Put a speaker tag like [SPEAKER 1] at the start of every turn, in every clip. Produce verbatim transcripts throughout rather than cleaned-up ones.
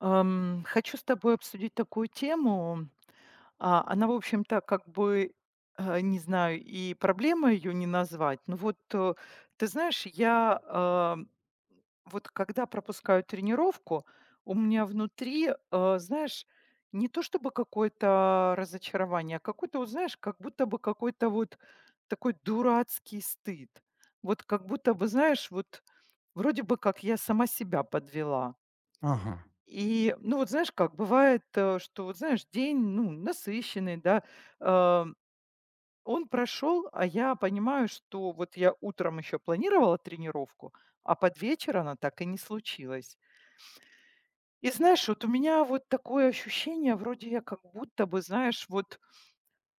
[SPEAKER 1] Ам, хочу с тобой обсудить такую тему. А, она, в общем-то, как бы, э, не знаю, и проблема ее не назвать. Но вот, э, ты знаешь, я, а, вот когда пропускаю тренировку, у меня внутри, э, знаешь, не то чтобы какое-то разочарование, а какой-то, вот знаешь, как будто бы какой-то вот такой дурацкий стыд. Вот как будто бы, знаешь, вот вроде бы как я сама себя подвела.
[SPEAKER 2] Ага,
[SPEAKER 1] И, ну, вот знаешь как, бывает, э, что, вот знаешь, день, ну, насыщенный, да, э, он прошел, а я понимаю, что вот я утром еще планировала тренировку, а под вечер она так и не случилась. И знаешь, вот у меня вот такое ощущение, вроде я как будто бы, знаешь, вот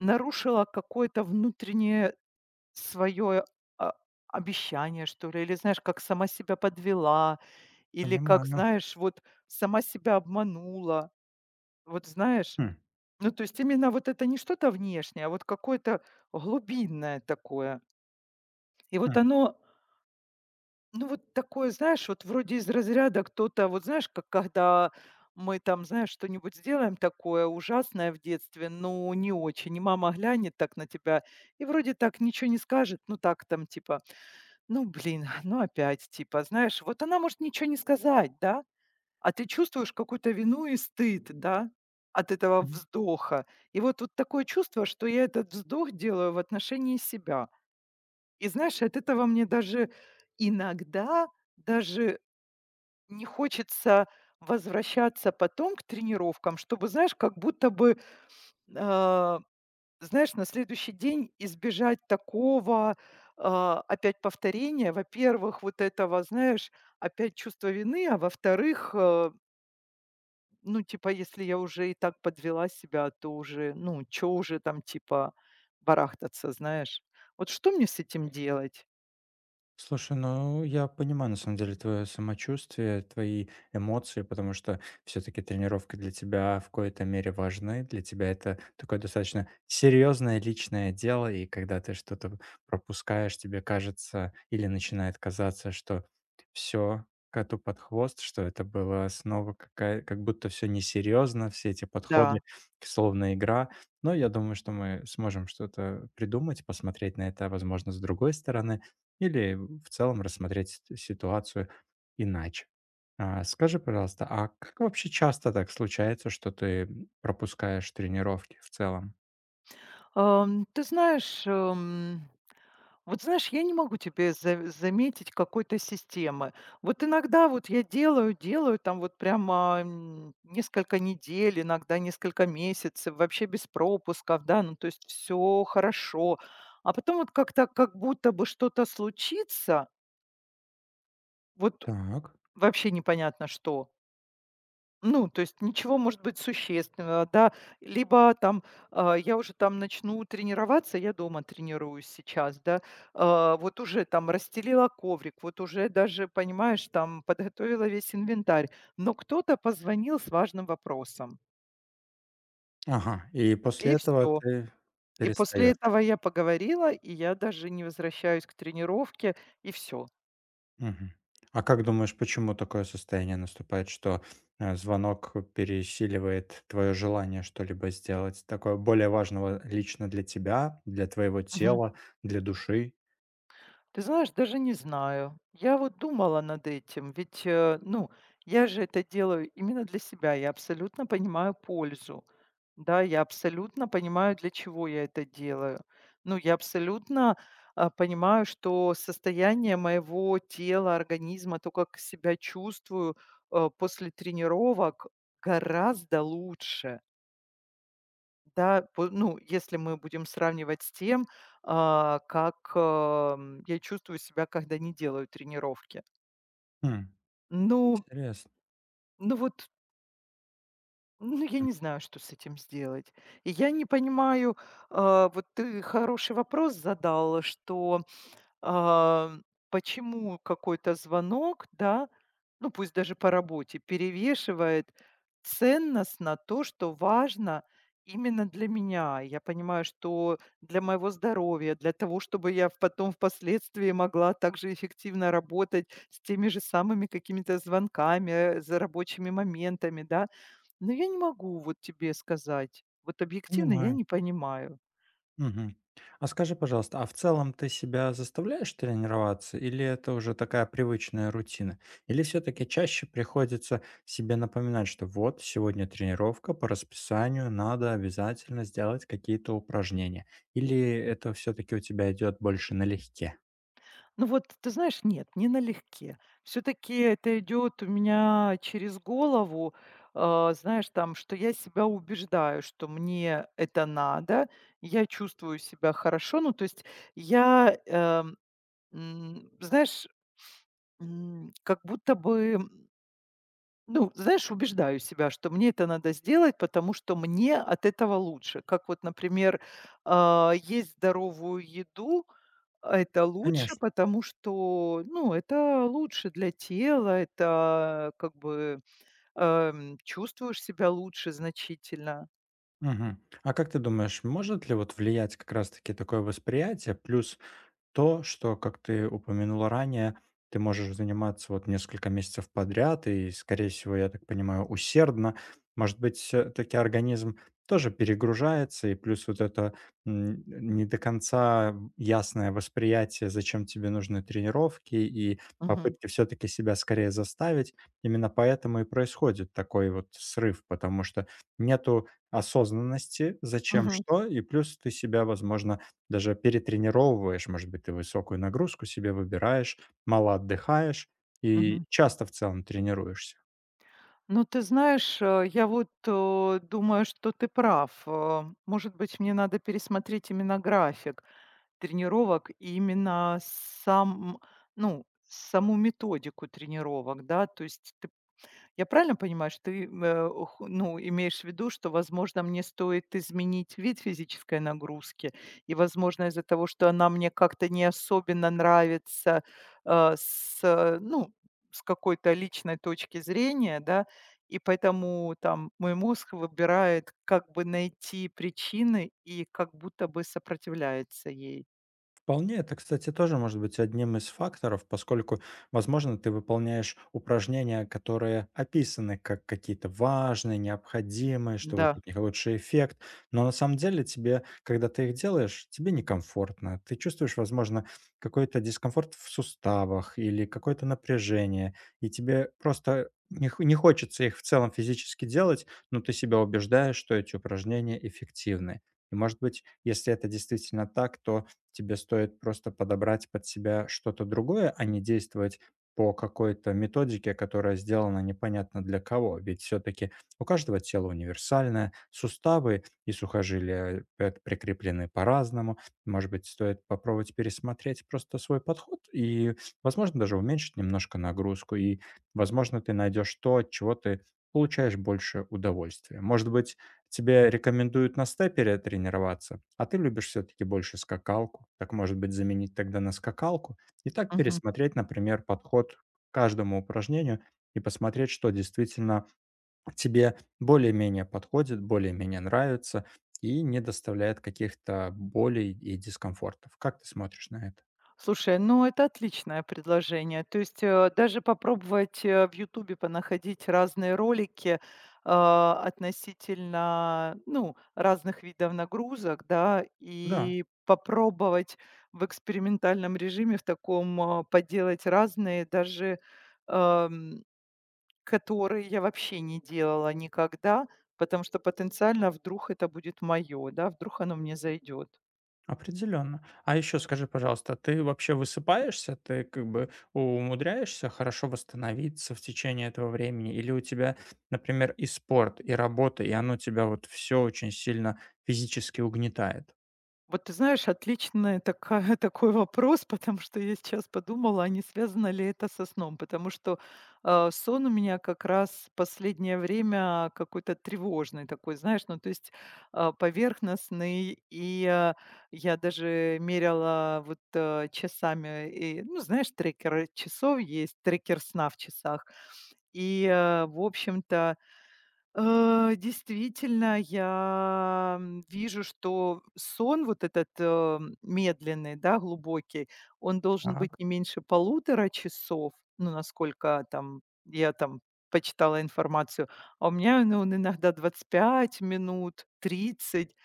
[SPEAKER 1] нарушила какое-то внутреннее свое а, обещание, что ли, или, знаешь, как сама себя подвела, или как,
[SPEAKER 2] понимаю.
[SPEAKER 1] знаешь, вот сама себя обманула. Вот знаешь.
[SPEAKER 2] Хм,
[SPEAKER 1] Ну, то есть именно вот это не что-то внешнее, а вот какое-то глубинное такое. И вот
[SPEAKER 2] хм.
[SPEAKER 1] оно, ну, вот такое, знаешь, вот вроде из разряда кто-то, вот знаешь, как когда мы там, знаешь, что-нибудь сделаем такое ужасное в детстве, но не очень, и мама глянет так на тебя, и вроде так ничего не скажет, ну так там типа, ну блин, ну опять типа, знаешь, вот она может ничего не сказать, да, а ты чувствуешь какую-то вину и стыд, да, от этого вздоха. И вот тут такое чувство, что я этот вздох делаю в отношении себя. И знаешь, от этого мне даже иногда даже не хочется возвращаться потом к тренировкам, чтобы, знаешь, как будто бы, а, знаешь, на следующий день избежать такого а, опять повторения. Во-первых, вот этого, знаешь, опять чувство вины, а во-вторых, э, ну, типа, если я уже и так подвела себя, то уже, ну, чё уже там, типа, барахтаться, знаешь? Вот что мне с этим делать?
[SPEAKER 2] Слушай, ну я понимаю на самом деле твое самочувствие, твои эмоции, потому что все-таки тренировки для тебя в какой-то мере важны. Для тебя это такое достаточно серьезное личное дело, и когда ты что-то пропускаешь, тебе кажется или начинает казаться, что все коту под хвост, что это было снова какая, как будто все несерьезно, все эти
[SPEAKER 1] Да.
[SPEAKER 2] подходы, словно игра. Но я думаю, что мы сможем что-то придумать, посмотреть на это, возможно, с другой стороны или в целом рассмотреть сит ситуацию иначе. А, скажи, пожалуйста, а как вообще часто так случается, что ты, пропускаешь тренировки в целом?
[SPEAKER 1] Ам, ты знаешь, эм, вот знаешь, я не могу тебе за заметить какой-то системы. Вот иногда вот я делаю, делаю там вот прямо, м, несколько недель, иногда несколько месяцев, вообще без пропусков, да, ну, то есть все хорошо. А потом вот как-то как будто бы что-то случится, вот.
[SPEAKER 2] Так.
[SPEAKER 1] Вообще непонятно что. Ну, то есть ничего может быть существенного, да. Либо там, а, я уже там начну тренироваться, я дома тренируюсь сейчас, да. А, вот уже там расстелила коврик, вот уже даже, понимаешь, там подготовила весь инвентарь. Но кто-то позвонил с важным вопросом.
[SPEAKER 2] Ага. И после
[SPEAKER 1] И
[SPEAKER 2] этого
[SPEAKER 1] все.
[SPEAKER 2] ты
[SPEAKER 1] И после
[SPEAKER 2] перестаешь.
[SPEAKER 1] этого я поговорила, и я даже не возвращаюсь к тренировке, и все.
[SPEAKER 2] Мгм. А как думаешь, почему такое состояние наступает, что, э, звонок пересиливает твое желание что-либо сделать такое более важного лично для тебя, для твоего тела, для души?
[SPEAKER 1] Ты знаешь, даже не знаю. Я вот думала над этим, ведь, э, ну, я же это делаю именно для себя. Я абсолютно понимаю пользу. Да, я абсолютно понимаю, для чего я это делаю. Ну, я абсолютно а, понимаю, что состояние моего тела, организма, то, как себя чувствую э, после тренировок, гораздо лучше. Да, по ну, если мы будем сравнивать с тем, а, как, ам, я чувствую себя, когда не делаю тренировки.
[SPEAKER 2] М,
[SPEAKER 1] Ну,
[SPEAKER 2] интересно.
[SPEAKER 1] ну вот, ну, я
[SPEAKER 2] М,
[SPEAKER 1] не знаю, что с этим сделать. И я не понимаю, а, вот ты хороший вопрос задал, что а, почему какой-то звонок, да, ну пусть даже по работе, перевешивает ценность на то, что важно именно для меня. Я понимаю, что для моего здоровья, для того, чтобы я в- потом впоследствии могла также эффективно работать с теми же самыми какими-то звонками, э, за рабочими моментами, да. Но я не могу вот тебе сказать, вот объективно я
[SPEAKER 2] понимаю.
[SPEAKER 1] не понимаю.
[SPEAKER 2] Мгм. А скажи, пожалуйста, а в целом ты себя заставляешь тренироваться, или это уже такая привычная рутина? Или все-таки чаще приходится себе напоминать, что вот сегодня тренировка по расписанию, надо обязательно сделать какие-то упражнения? Или это все-таки у тебя идет больше налегке?
[SPEAKER 1] Ну вот, ты знаешь, нет, не налегке. Все-таки это идет у меня через голову, а, знаешь, там, что я себя убеждаю, что мне это надо, я чувствую себя хорошо. Ну, то есть я, эм, м, знаешь, м, как будто бы, м, ну, знаешь, убеждаю себя, что мне это надо сделать, потому что мне от этого лучше. Как вот, например, а, есть здоровую еду, а это лучше,
[SPEAKER 2] Конечно.
[SPEAKER 1] потому что, ну, это лучше для тела, это как бы, эм, чувствуешь себя лучше значительно.
[SPEAKER 2] Мгм. А как ты думаешь, может ли вот влиять как раз-таки такое восприятие, плюс то, что, как ты упомянула ранее, ты можешь заниматься вот несколько месяцев подряд и, скорее всего, я так понимаю, усердно. Может быть, все-таки организм тоже перегружается, и плюс вот это м, не до конца ясное восприятие, зачем тебе нужны тренировки, и
[SPEAKER 1] Мгм.
[SPEAKER 2] попытки все-таки себя скорее заставить. Именно поэтому и происходит такой вот срыв, потому что нету осознанности, зачем
[SPEAKER 1] Мгм.
[SPEAKER 2] что, и плюс ты себя, возможно, даже перетренировываешь, может быть, ты высокую нагрузку себе выбираешь, мало отдыхаешь и
[SPEAKER 1] Мгм.
[SPEAKER 2] часто в целом тренируешься.
[SPEAKER 1] Ну, ты знаешь, э, я вот, э, думаю, что ты прав. Э, может быть, мне надо пересмотреть именно график тренировок и именно сам ну, саму методику тренировок, да. То есть ты Я правильно понимаю, что ты, э, ху ну, имеешь в виду, что, возможно, мне стоит изменить вид физической нагрузки? И, возможно, из-за того, что она мне как-то не особенно нравится, э, с, э, ну, с какой-то личной точки зрения, да, и поэтому там мой мозг выбирает, как бы найти причины и как будто бы сопротивляется ей.
[SPEAKER 2] Вполне, это, кстати, тоже может быть одним из факторов, поскольку, возможно, ты выполняешь упражнения, которые описаны как какие-то важные, необходимые, что вот
[SPEAKER 1] Да.
[SPEAKER 2] от них лучший эффект, но на самом деле тебе, когда ты их делаешь, тебе некомфортно. Ты чувствуешь, возможно, какой-то дискомфорт в суставах или какое-то напряжение, и тебе просто не, х- не хочется их в целом физически делать, но ты себя убеждаешь, что эти упражнения эффективны. И, может быть, если это действительно так, то тебе стоит просто подобрать под себя что-то другое, а не действовать по какой-то методике, которая сделана непонятно для кого. Ведь все-таки у каждого тело универсальное, суставы и сухожилия э, прикреплены по-разному. Может быть, стоит попробовать пересмотреть просто свой подход и, возможно, даже уменьшить немножко нагрузку. И, возможно, ты найдешь то, от чего ты получаешь больше удовольствия. Может быть, тебе рекомендуют на степере тренироваться, а ты любишь все-таки больше скакалку. Так, может быть, заменить тогда на скакалку и так пересмотреть, например, подход к каждому упражнению и посмотреть, что действительно тебе более-менее подходит, более-менее нравится и не доставляет каких-то болей и дискомфортов. Как ты смотришь на это?
[SPEAKER 1] Слушай, ну это отличное предложение. То есть э, даже попробовать э, в "Ютубе" понаходить разные ролики, а, относительно, ну, разных видов нагрузок, да,
[SPEAKER 2] Да.
[SPEAKER 1] и попробовать в экспериментальном режиме в таком, а, поделать разные, даже, ам, которые я вообще не делала никогда, потому что потенциально вдруг это будет моё, да, вдруг оно мне зайдет.
[SPEAKER 2] Определенно. А еще скажи, пожалуйста, ты вообще высыпаешься? Ты как бы умудряешься хорошо восстановиться в течение этого времени? Или у тебя, например, и спорт, и работа, и оно тебя вот все очень сильно физически угнетает?
[SPEAKER 1] Вот ты знаешь, отличный такая такой вопрос, потому что я сейчас подумала, а не связано ли это со сном. Потому что, э, сон у меня как раз последнее время какой-то тревожный такой, знаешь, ну, то есть, э, поверхностный. И, э, я даже меряла вот, э, часами, и, ну, знаешь, трекер часов есть, трекер сна в часах. И, э, в общем-то. Э, действительно, я, м, вижу, что сон вот этот, э, медленный, да, глубокий, он должен быть
[SPEAKER 2] Так,
[SPEAKER 1] не меньше полутора часов, ну, насколько там я там почитала информацию. А у меня, ну, он иногда двадцать пять минут, тридцать.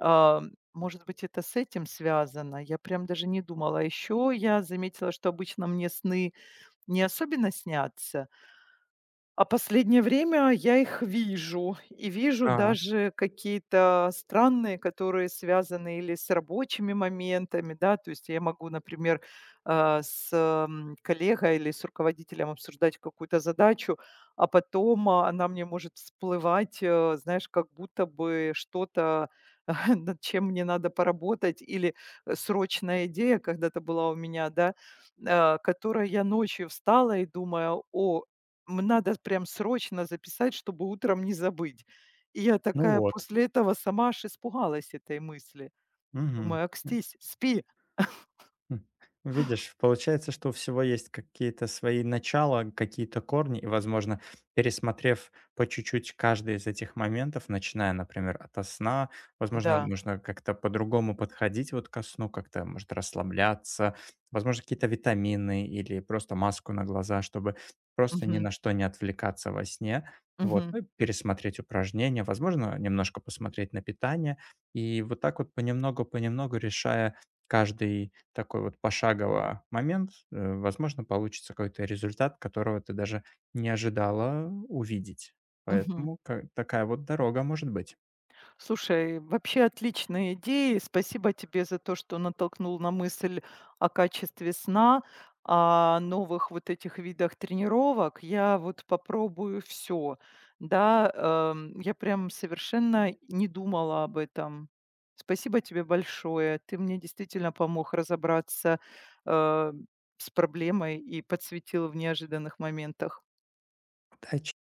[SPEAKER 1] А, Может быть, это с этим связано? Я прям даже не думала. А еще я заметила, что обычно мне сны не особенно снятся. А последнее время я их вижу, и вижу
[SPEAKER 2] так,
[SPEAKER 1] даже какие-то странные, которые связаны или с рабочими моментами, да. То есть я могу, например, а, с м, коллегой или с руководителем обсуждать какую-то задачу, а потом, а, она мне может всплывать, э, знаешь, как будто бы что-то, над чем мне надо поработать, или, э, срочная идея когда-то была у меня, да, а, которой я ночью встала и думаю: "О, М, надо прям срочно записать, чтобы утром не забыть". И я
[SPEAKER 2] ну
[SPEAKER 1] такая
[SPEAKER 2] вот.
[SPEAKER 1] после этого сама аж испугалась этой мысли.
[SPEAKER 2] Мгм.
[SPEAKER 1] Думаю: "Окстись, спи".
[SPEAKER 2] М, видишь, получается, что у всего есть какие-то свои начала, какие-то корни, и, возможно, пересмотрев по чуть-чуть каждый из этих моментов, начиная, например, от сна, возможно,
[SPEAKER 1] Да.
[SPEAKER 2] нужно как-то по-другому подходить вот ко сну, как-то, может, расслабляться, возможно, какие-то витамины или просто маску на глаза, чтобы просто ни
[SPEAKER 1] Мгм.
[SPEAKER 2] на что не отвлекаться во сне. Вот,
[SPEAKER 1] Мгм.
[SPEAKER 2] ну, и пересмотреть упражнения, возможно, немножко посмотреть на питание. И вот так вот понемногу-понемногу, решая каждый такой вот пошагово момент, э, возможно, получится какой-то результат, которого ты даже не ожидала увидеть.
[SPEAKER 1] Мгм.
[SPEAKER 2] Поэтому ка такая вот дорога может быть.
[SPEAKER 1] Слушай, вообще отличные идеи. Спасибо тебе за то, что натолкнул на мысль о качестве сна, о новых вот этих видах тренировок. Я вот попробую все. Да, эм, я прям совершенно не думала об этом. Спасибо тебе большое. Ты мне действительно помог разобраться э, с проблемой и подсветил в неожиданных моментах.
[SPEAKER 2] Удачи!